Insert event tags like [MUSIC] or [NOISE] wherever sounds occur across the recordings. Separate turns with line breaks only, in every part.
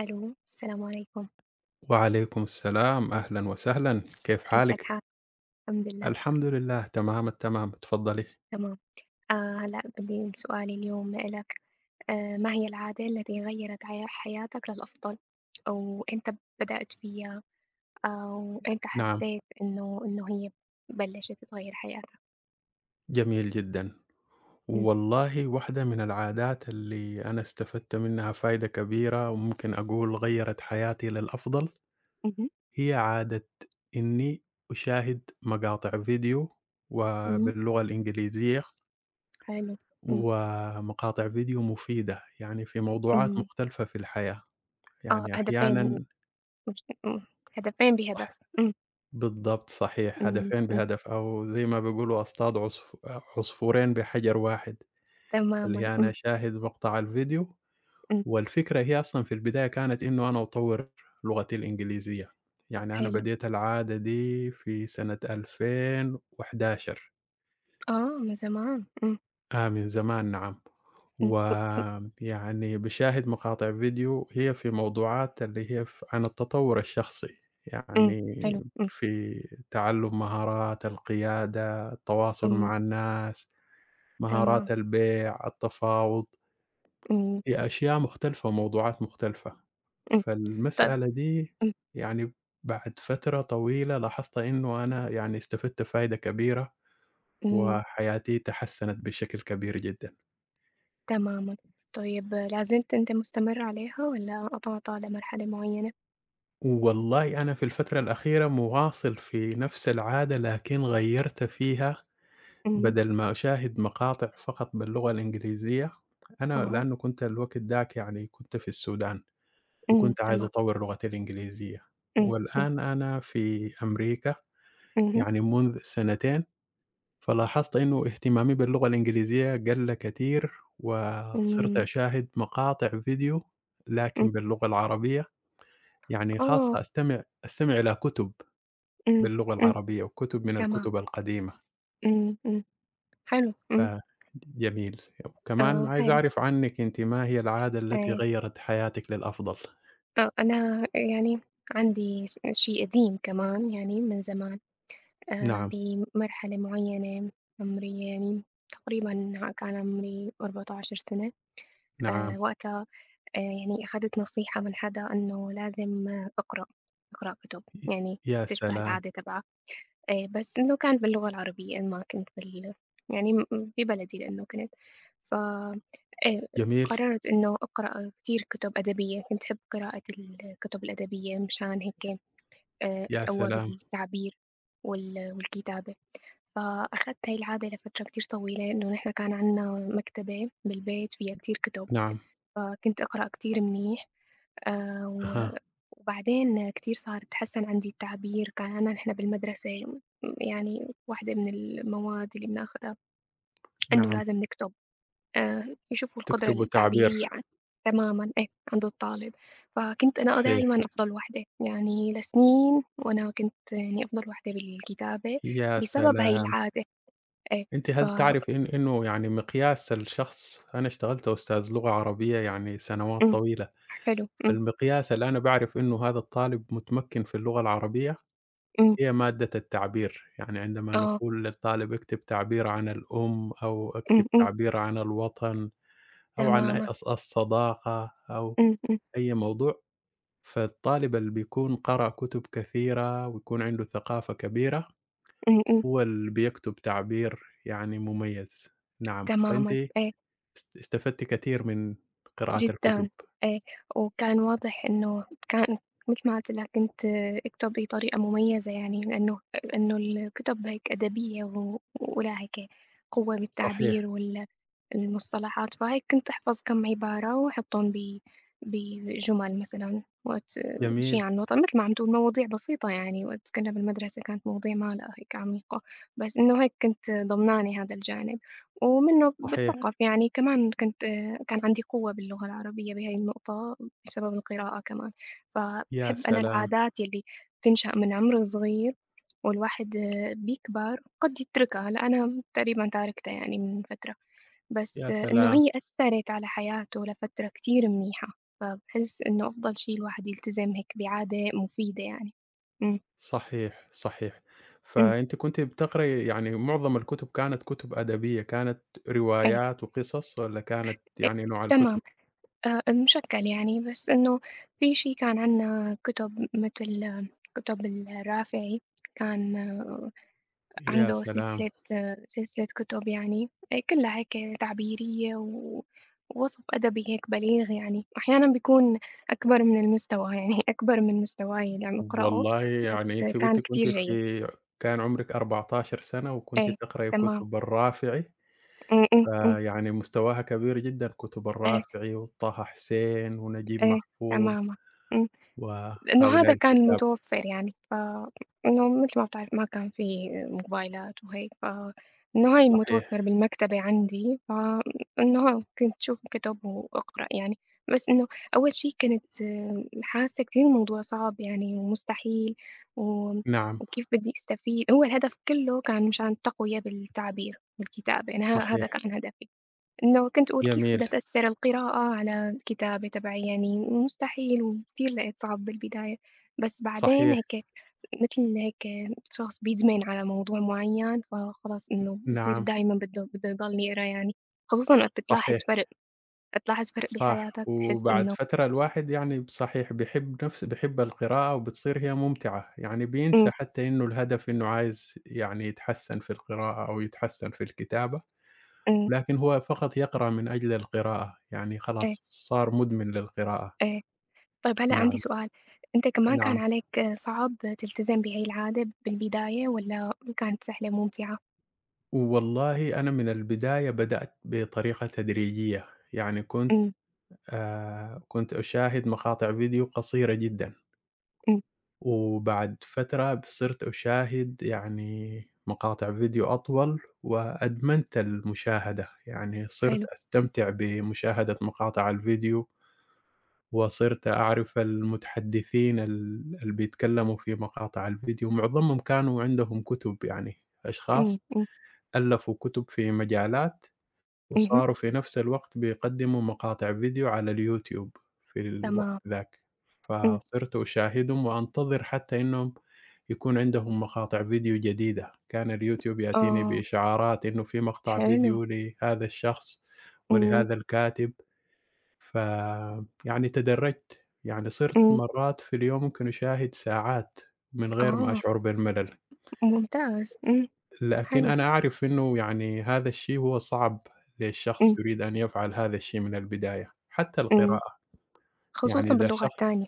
ألو، السلام عليكم،
وعليكم السلام، أهلًا وسهلًا، كيف
كيف
حالِك؟
الحال؟ الحمد لله
الحمد لله تمام التمام، اتفضلي.
تمام. آآ هلأ بدي سؤالي اليوم لإلك، ما هي العادة التي غيّرت عيا حياتك للأفضل، وإمتى بدأت فيها أو إمتى
نعم،
حسيت إنه هي بلّشت تغيّر حياتك؟
جميل جدًا.
إمم،
والله واحدة من العادات اللي أنا استفدت منها فايدة كبيرة وممكن أقول غيّرت حياتي للأفضل،
اهم،
هي عادة إني أشاهد مقاطع فيديو
اهم،
وباللغة الإنجليزية
حلو. إمم،
ومقاطع فيديو مفيدة، يعني في موضوعات
إمم،
مختلفة في الحياة.
آه،
يعني
هدفين،
أحيانًا
مش هدفين بهدف. إمم،
بالضبط صحيح،
إمم،
هدفين
إمم،
بهدف أو زي ما بيقولوا أصطاد عصف عصفورين بحجر واحد، اللي
تمامًا.
هي أنا
إمم،
أشاهد مقطع الفيديو،
إمم،
والفكرة هي أصلًا في البداية كانت إنه أنا أطوّر لغتي الإنجليزية، يعني أنا
حلو.
بديت العادة دي في سنة 2011.
آه، من زمان. إمم،
آه، من زمان نعم،
إمم،
ويعني باشاهد مقاطع فيديو هي في موضوعات اللي هي عن التطور الشخصي،
إمم،
يعني
حلو. إمم،
في تعلم مهارات القيادة، التواصل
إمم،
مع الناس،
تمام.
مهارات البيع، التفاوض،
إمم،
هي أشياء مختلفة وموضوعات مختلفة،
إمم، ط
فالمسألة
إمم،
دي يعني بعد فترة طويلة لاحظت إنه أنا يعني استفدت فايدة كبيرة،
إمم،
وحياتي تحسنت بشكل كبير جدًا.
تمامًا. طيب لا زلت أنت مستمر عليها والّا قطعت على مرحلة معيّنة؟
والله أنا في الفترة الأخيرة مواصل في نفس العادة، لكن غيّرت فيها
اهم،
بدل ما أشاهد مقاطع فقط باللغة الإنجليزية، أنا
أها.
لأنه كنت الوقت داك يعني كنت في السودان، وكنت عايز
تمام.
أطوّر لغتي الإنجليزية،
إمم، إمم،
والآن أنا في أمريكا
اهم،
يعني منذ سنتين، فلاحظت إنه اهتمامي باللغة الإنجليزية قَل كتير، وصرت
إمم،
أشاهد مقاطع فيديو
إمم،
لكن باللغة العربية، يعني
آه.
خاصة أستمع إلى كُتب
إمم،
باللغة
إمم،
العربية وكُتب من
تمام.
الكُتب القديمة.
إمم، إمم، حلو.
ف جميل. وكمان
آه،
عايز
حلو.
أعرف عنِّك أنتِ ما هي العادة التي
آآ،
غيّرت حياتِك للأفضل؟
آه، أنا يعني عندي شيء قديم كمان يعني من زمان.
نعم،
بمرحلة معيّنة عمري يعني تقريبًا كان عمري 14 سنة.
نعم.
وقتها يعني أخدت نصيحة من حدا إنه لازم أقرأ كُتب،
ي
يعني
يا
تشبه
سلام!
العادة تبعها. بس إنه كان باللغة العربية ما كنت يعني ببلدي لإنه كنت. ف
جميل،
قررت إنه أقرأ كتير كُتب أدبية، كنت أحب قراءة الكُتب الأدبية مشان هيك
يا
أتقوّى
سلام!
بالتعبير والكتابة. فأخدت هاي العادة لفترة كتير طويلة، إنه نحن كان عندنا مكتبة بالبيت فيها كتير كُتب.
نعم،
آه، كنت أقرأ كتير منيح. و
أها،
وبعدين كتير صار تحسّن عندي التعبير. كان نحن بالمدرسة يعني واحدة من المواد اللي بناخدها إنه
نعم.
لازم نكتب، يشوفوا القدرة
تكتبوا تعبير
التعبيرية عن، تمامًا، إيه، عند الطالب. فكنت أنا
صحيح.
دايمًا أفضل واحدة، يعني لسنين وأنا كنت يعني أفضل واحدة بالكتابة
يا
بسبب هاي
سلام!
العادة. إيه.
أنتِ
ف
هل تعرف إنه يعني مقياس الشخص، أنا اشتغلت أستاذ لغة عربية يعني سنوات
إمم،
طويلة،
حلو. إمم،
فالمقياس اللي أنا باعرف إنه هذا الطالب متمكِّن في اللغة العربية
إمم،
هي مادة التعبير، يعني عندما
آه.
نقول للطالب اكتب تعبير عن الأم، أو
إمم،
اكتب
إمم،
تعبير عن الوطن، أو عن أ
تمامًا.
الص الصداقة، أو
إمم، إمم،
أي موضوع، فالطالب اللي بيكون قرأ كتب كثيرة ويكون عنده ثقافة كبيرة،
إمم، إمم.
هو اللي بيكتب تعبير يعني مميز، نعم، فأنتِ
تمامًا، إيه،
استفدتِ كثير من قراءة الكتب،
جدًا، إيه. وكان واضح إنه كان مثل ما قُلت لك أنت، اكتب بطريقة مميزة يعني لإنه الكتب هيك أدبية ولها هيك قوة
صحيح،
بالتعبير المصطلحات. فهيك كنت أحفظ كم عبارة وأحطّهم بجُمل مثلًا وقت شي
جميل،
عن الوطن، متل ما عم تقول مواضيع بسيطة يعني وقت كنّا بالمدرسة كانت مواضيع ما لها هيك عميقة. بس إنه هيك كنت ضمنانة هذا الجانب، ومنّه باتثقّف
صحيح،
يعني. كمان كان عندي قوة باللغة العربية بهاي النقطة بسبب القراءة كمان.
يا
فباحب أنا
سلام،
العادات يلّي بتنشأ من عمر صغير والواحد بيكبر قد يتركها. لأ أنا تقريبًا تاركتها يعني من فترة. بس
يا
إنه
سلام.
هي أثّرت على حياته لفترة كتير منيحة. فباحس إنه أفضل شي الواحد يلتزم هيك بعادة مفيدة يعني. إمم،
صحيح، صحيح.
إمم،
فأنتِ كنتِ بتقرأي يعني معظم الكتب كانت كتب أدبية، كانت
أيوه.
روايات وقصص والّا كانت
أ
يعني نوع
تمام.
الكتب؟
مشكّل يعني، بس إنه في شي كان عندنا كُتب متل كُتب الرافعي. كان
يا
عنده
سلام!
سلسلة كتب يعني كلّها هيك تعبيرية ووصف أدبي هيك بليغ يعني، وأحيانًا بيكون أكبر من المستوى [LAUGHS] يعني أكبر من مستواي اللي عم أقرأه،
والله يعني
بس
أنتِ
كان
قُلتِ
كتير
كنتِ
جيد.
في كان عمرِك 14 سنة وكنتِ
إيه،
تقرأي
تمام.
كتب الرافعي،
إمم، إمم، إمم،
فيعني مستواها كبير جدًا، كتب
إيه،
الرافعي وطه حسين ونجيب
إيه،
محفوظ
تمامًا. إمم. لإنه
وهؤلاء
هذا كان
الكتاب.
المتوفّر يعني. ف إنه متل ما بتعرف ما كان في موبايلات وهيك. ف إنه هاي
صحيح،
المتوفّر بالمكتبة عندي. ف إنه كنت شوف كُتب وأقرأ يعني. بس إنه أول شي كنت حاسّة كتير الموضوع صعب يعني ومستحيل، و
نعم،
وكيف بدّي أستفيد. هو الهدف كلّه كان مشان التقوية بالتعبير والكتابة، أنا هذا
صحيح،
كان هدفي. لو كنت أقول كيف بدها
جميل،
تأثّر القراءة على الكتابة تبعي، يعني مستحيل وكتير لقيت صعب بالبداية. بس بعدين
صحيح،
هيك، متل هيك شخص بيدمن على موضوع معيّن، فخلاص إنه بصير
نعم،
دايمًا بده يضل يقرا يعني، خصوصًا وقت بتلاحظ
صحيح.
فرق وقت تلاحظ فرق
صح،
بحياتك بتحس
وبعد
إنه.
فترة الواحد يعني صحيح بيحب القراءة وبتصير هي ممتعة، يعني
إمم،
بينسى حتى إنه الهدف إنه عايز يعني يتحسّن في القراءة أو يتحسّن في الكتابة،
إمم،
لكن هو فقط يقرأ من أجل القراءة، يعني
إيه،
خلاص صار مدمن للقراءة.
إيه. طيب هلأ عندي
نعم،
سؤال، أنت كمان كان
نعم.
عليك صعب تلتزم بهي العادة بالبداية والّا كانت سهلة وممتعة؟
والله أنا من البداية بدأت بطريقة تدريجية، يعني كنت
إمم،
كنت أشاهد مقاطع فيديو قصيرة جدًا.
إمم،
وبعد فترة صرت أشاهد يعني مقاطع فيديو أطول، وأدمنت المشاهدة، يعني صرت
حلو.
أستمتع بمشاهدة مقاطع الفيديو، وصرت أعرف المتحدثين اللي بيتكلموا في مقاطع الفيديو، معظمهم كانوا عندهم كتب يعني
إمم،
أشخاص
إمم،
ألفوا كتب في مجالات
اهم.
وصاروا في نفس الوقت بيقدّموا مقاطع فيديو على اليوتيوب في الوقت
تمام.
ذاك،
إمم،
فصرت أشاهدهم وأنتظر حتى إنهم يكون عندهم مقاطع فيديو جديدة، كان اليوتيوب يأتيني
آه،
بإشعارات إنه في مقطع
حلو.
فيديو لهذا الشخص
إمم،
ولهذا الكاتب، فيعني تدرّجت، يعني صرت
إمم،
مرات في اليوم ممكن أشاهد ساعات من غير ما
آه،
أشعر بالملل.
ممتاز.
لكن
حلو.
أنا أعرف إنه يعني هذا الشيء هو صعب
إمم،
للشخص يريد أن يفعل هذا الشيء من البداية، حتى
إمم،
القراءة، يعني
خصوصًا
إذا
باللغة
شخص
التانية.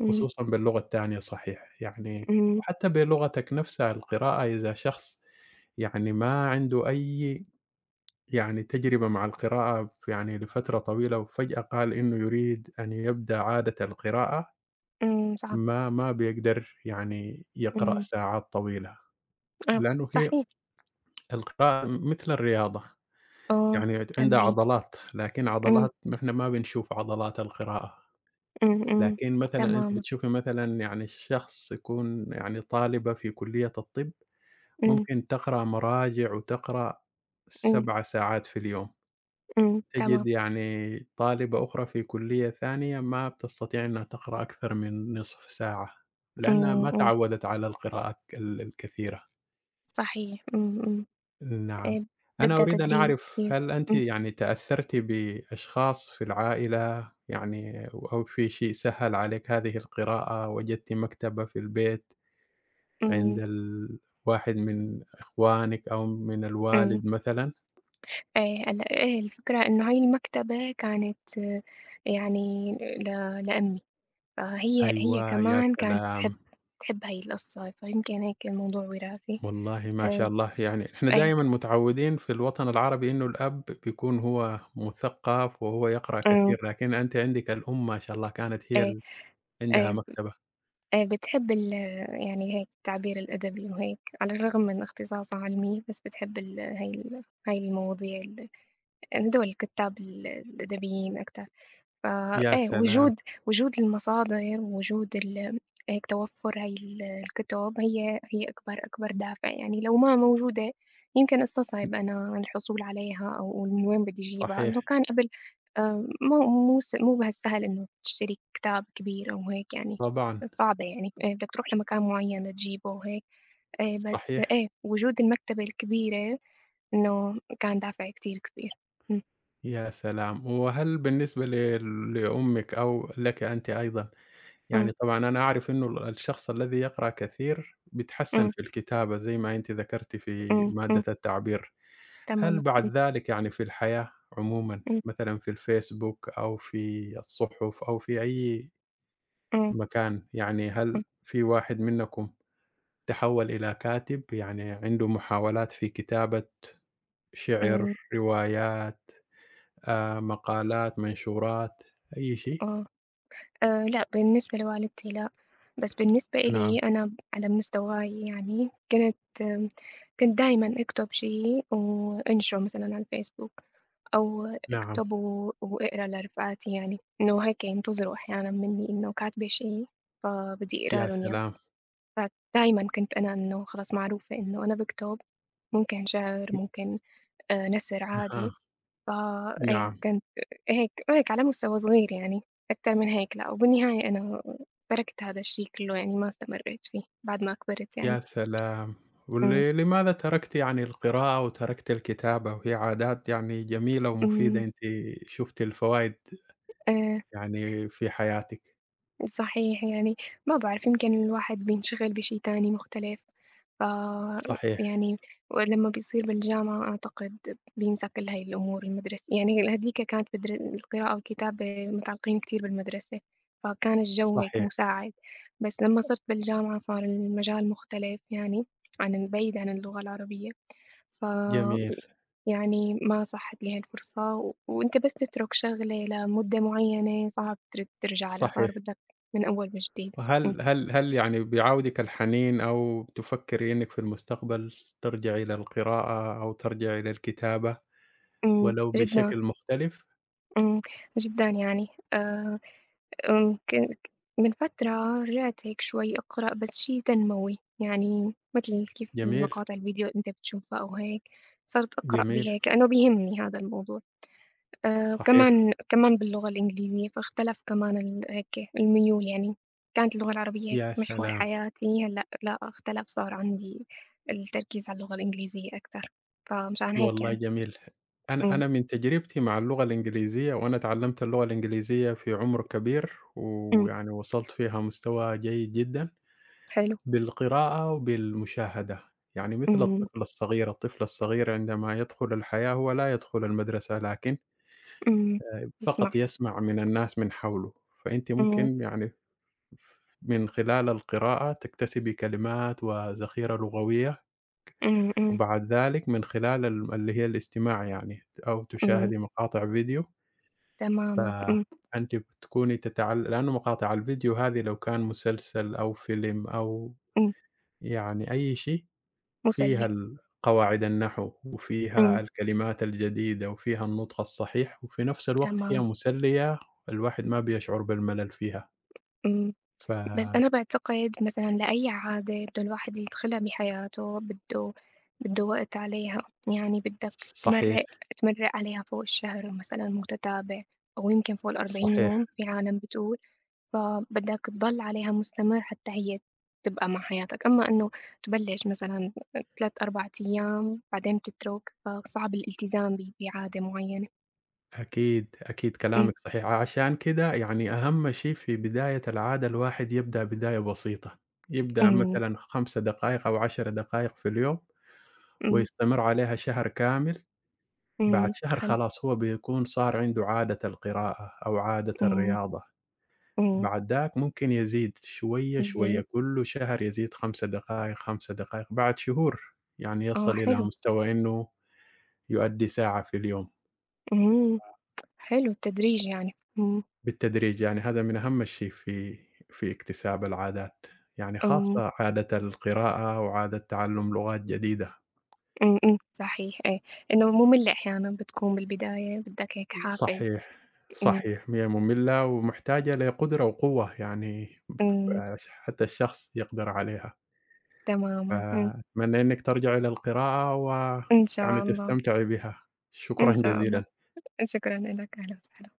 إمم،
خصوصًا باللغة التانية صحيح، يعني
إمم،
وحتى بلغتك نفسها القراءة إذا شخص يعني ما عنده أي يعني تجربة مع القراءة يعني لفترة طويلة وفجأة قال إنه يريد أن يبدأ عادة القراءة،
إمم، صعب.
ما بيقدر يعني يقرأ
إمم،
ساعات طويلة،
آه،
لأنه هي
صحيح،
القراءة مثل الرياضة،
آه،
يعني عندها
تمرين.
عضلات، لكن
إمم،
عضلات ما إحنا ما بنشوف عضلات القراءة،
إمم، إمم،
لكن مثلًا أنتِ
تمامًا.
بتشوفي مثلًا يعني الشخص يكون يعني طالبة في كلية الطب،
إمم،
ممكن تقرأ مراجع وتقرأ
إمم،
7 ساعات في اليوم،
إمم، تمام.
تجد يعني طالبة أخرى في كلية ثانية ما بتستطيع إنها تقرأ أكثر من نصف ساعة، لأنها
إمم،
ما
إمم،
تعوّدت على القراءة الكثيرة.
صحيح. إمم، إمم،
نعم.
آآ،
أنا
بدها
أريد أن
تدريب
أعرف
كتير.
هل أنتِ
إمم،
يعني تأثّرتِ بأشخاص في العائلة يعني أو في شيء سهّل عليك هذه القراءة، وجدتِ مكتبة في البيت عند
إمم،
ال واحد من إخوانِك أو من
إمم،
الوالد مثلًا؟
آآ، هلأ إيه الفكرة إنه هاي المكتبة كانت يعني ل لأمي. فهي
أيوه، يا
كمان كانت
سلام!
بتحب هاي القصة، فيمكن هيك الموضوع وراثي.
والله ما شاء
آآ
الله، يعني إحنا
إيه.
دايمًا متعوّدين في الوطن العربي إنه الأب بيكون هو مثقّف وهو يقرأ
إمم،
كثير، لكن أنتِ عندِك الأم ما شاء الله كانت هي
إيه،
ال عندها
إيه،
مكتبة.
إيه، بتحب يعني هيك التعبير الأدبي وهيك، على الرغم من اختصاصها علمي، بس بتحب ال هاي ال هاي المواضيع هدول الكتّاب الأدبيين أكتر. ف
يا
إيه،
سلام!
وجود المصادر، وجود هيك توفُّر هاي الكتب هي أكبر أكبر دافع، يعني لو ما موجودة يمكن أستصعب أنا الحصول عليها أو من وين بدي أجيبها. إنه
صحيح،
كان قبل مو بهالسهل إنه تشتري كتاب كبير أو هيك يعني.
طبعًا،
صعبة يعني، إيه بدك تروح لمكان معيّن لتجيبه وهيك، إيه بس
صحيح،
إيه وجود المكتبة الكبيرة إنه كان دافع كتير كبير. إمم،
يا سلام! وهل بالنسبة لأمِك أو لكِ أنتِ أيضًا،
إمم،
يعني طبعًا أنا أعرف إنه الشخص الذي يقرأ كثير بيتحسّن
إمم،
في الكتابة زي ما أنتِ ذكرتِ في
إمم،
مادة
إمم،
التعبير، هل
تمامًا. إمم،
بعد ذلك يعني في الحياة عمومًا،
إمم.
مثلًا في الفيسبوك أو في الصحف أو في أي
إمم،
مكان، يعني
إمم،
هل في واحد منكم تحوّل إلى كاتب، يعني عنده محاولات في كتابة شِعر،
إمم،
روايات؟ مقالات، منشورات، أي شيء؟
آه. لأ بالنسبة لوالدتي لأ. بس بالنسبة
نعم،
إلي أنا على حسب وعيي يعني، كنت دايمًا أكتب شي وأنشره مثلًا على الفيسبوك أو
نعم.
أكتب وأقرا لرفقاتي يعني، إنه هيك ينتظروا أحيانًا منّي إنه كاتبة شي فبدي أقرا
يا
لهم إياه.
سلام!
فدايمًا كنت أنا إنه خلاص معروفة إنه أنا باكتب ممكن شعر، ممكن نثر عادي.
أها،
آه، إيه،
نعم،
كانت هيك هيك على مستوى صغير يعني. أكتر من هيك لأ، وبالنهاية أنا تركت هذا الشي كلّه يعني ما استمرّيت فيه بعد ما كبرت
يا
يعني.
سلام! ول
إمم،
لماذا تركتِ يعني القراءة وتركتِ الكتابة وهي عادات يعني جميلة ومفيدة،
إمم،
أنتِ شُفتِ الفوايد
آآ
يعني في حياتِك.
صحيح يعني، ما بعرف يمكن الواحد بينشغل بشي تاني مختلف. ف
صحيح،
يعني ولمّا بيصير بالجامعة أعتقد بينسى كل هاي الأمور، المدرس يعني هاذيك كانت القراءة والكتابة متعلقين كتير بالمدرسة، فكان الجو هيك
صحيح،
مساعد. بس لمّا صرت بالجامعة صار المجال مختلف يعني، بعيد عن اللغة العربية.
جميل،
فيعني ما صحت لي هاي الفرصة. وأنت بس تترك شغلة لمدة معينة صعب ترجع لها، صار
صحيح.
بدك من أول وجديد. إمم،
وهل هل هل يعني بيعاودِك الحنين أو بتفكري إنِّك في المستقبل ترجعي للقراءة أو ترجعي للكتابة
إمم،
ولو
جدًا.
بشكل مختلف؟
إمم، جدًا يعني، آآ آمم، كان ك من فترة رجعت هيك شوي أقرأ بس شي تنموي، يعني متل كيف
جميل،
المقاطع الفيديو اللي أنت بتشوفها أو هيك. صرت أقرأ
جميل،
بهيك لأنه بيهمني هذا الموضوع.
صحيح،
وكمان باللغة الإنجليزية فاختلف كمان هيك الميول يعني. كانت اللغة العربية هيك
يا
محور
سلام!
حياتي، هلأ لأ اختلف صار عندي التركيز على اللغة الإنجليزية أكتر، فمشان هيك
والله
يعني.
جميل. أنا
إمم،
أنا من تجربتي مع اللغة الإنجليزية وأنا اتعلمت اللغة الإنجليزية في عُمر كبير،
إمم،
ويعني وصلت فيها مستوى جيد جدًا
حلو.
بالقراءة وبالمشاهدة، يعني مثل
إمم،
الطفل الصغير، الطفل الصغير عندما يدخل الحياة هو لا يدخل المدرسة لكن
إمم، اسمع.
فقط يسمع من الناس من حوله، فأنتِ
إمم،
ممكن يعني من خلال القراءة تكتسبي كلمات وذخيرة لغوية.
إمم، إمم،
وبعد ذلك من خلال ال اللي هي الاستماع، يعني أو
إمم.
تشاهدي مقاطع فيديو،
تمامًا. إمم،
فأنتِ بتكوني تتعل لأنه مقاطع الفيديو هذه لو كان مسلسل أو فيلم أو
إمم،
يعني أي شيء فيها
مُسلّي.
ال قواعد النحو
إمم،
وفيها الكلمات الجديدة وفيها النطق الصحيح، وفي نفس الوقت هي
تمام.
مسلية الواحد ما بيشعر بالملل فيها.
إمم،
ف
بس أنا باعتقد مثلًا لأي عادة بده الواحد يدخلها بحياته، بده وقت عليها. يعني بدّك
صحيح،
تمرّق عليها فوق الشهر مثلًا متتابع أو يمكن فوق ال40
صحيح.
يوم في عالم بتقول. فبدّك تضل عليها مستمر حتى هي تبقى مع حياتك، أمّا إنه تبلش مثلًا 3، 4 أيام بعدين بتترك، فصعب الالتزام بعادة معيّنة.
أكيد، أكيد
إمم،
كلامِك صحيح، عشان كده يعني أهم شيء في بداية العادة الواحد يبدأ بداية بسيطة، يبدأ
إمم،
مثلًا 5 دقايق أو 10 دقايق في اليوم
إمم.
ويستمر عليها شهر كامل، بعد
إمم،
شهر
حلو.
خلاص هو بيكون صار عنده عادة القراءة أو عادة
إمم،
الرياضة،
إمم،
بعد ذاك ممكن يزيد شوية، شوية،
يزيد،
كل شهر يزيد 5 دقايق، 5 دقايق، بعد شهور يعني
آه،
يصل إلى
حلو.
مستوى إنه يؤدي ساعة في اليوم.
إمم، حلو التدريج يعني. إمم،
بالتدريج، يعني هذا من أهم الشيء في اكتساب العادات، يعني
إمم،
خاصة عادة القراءة وعادة تعلم لغات جديدة.
إمم، إمم، صحيح، إيه. إنه مُمِل أحيانًا بتكون بالبداية بدّك هيك حافز.
صحيح،
إمم،
صحيح، هي مملة ومحتاجة لقدرة وقوة يعني
إمم،
ف حتى الشخص يقدر عليها،
تمامًا.
فأتمنى إنِّك ترجعي للقراءة
إن
ويعني
شاء الله.
تستمتعي بها.
إن
شكرًا
شاء الله،
جزيلًا.
شكرًا لك، أهلًا وسهلًا.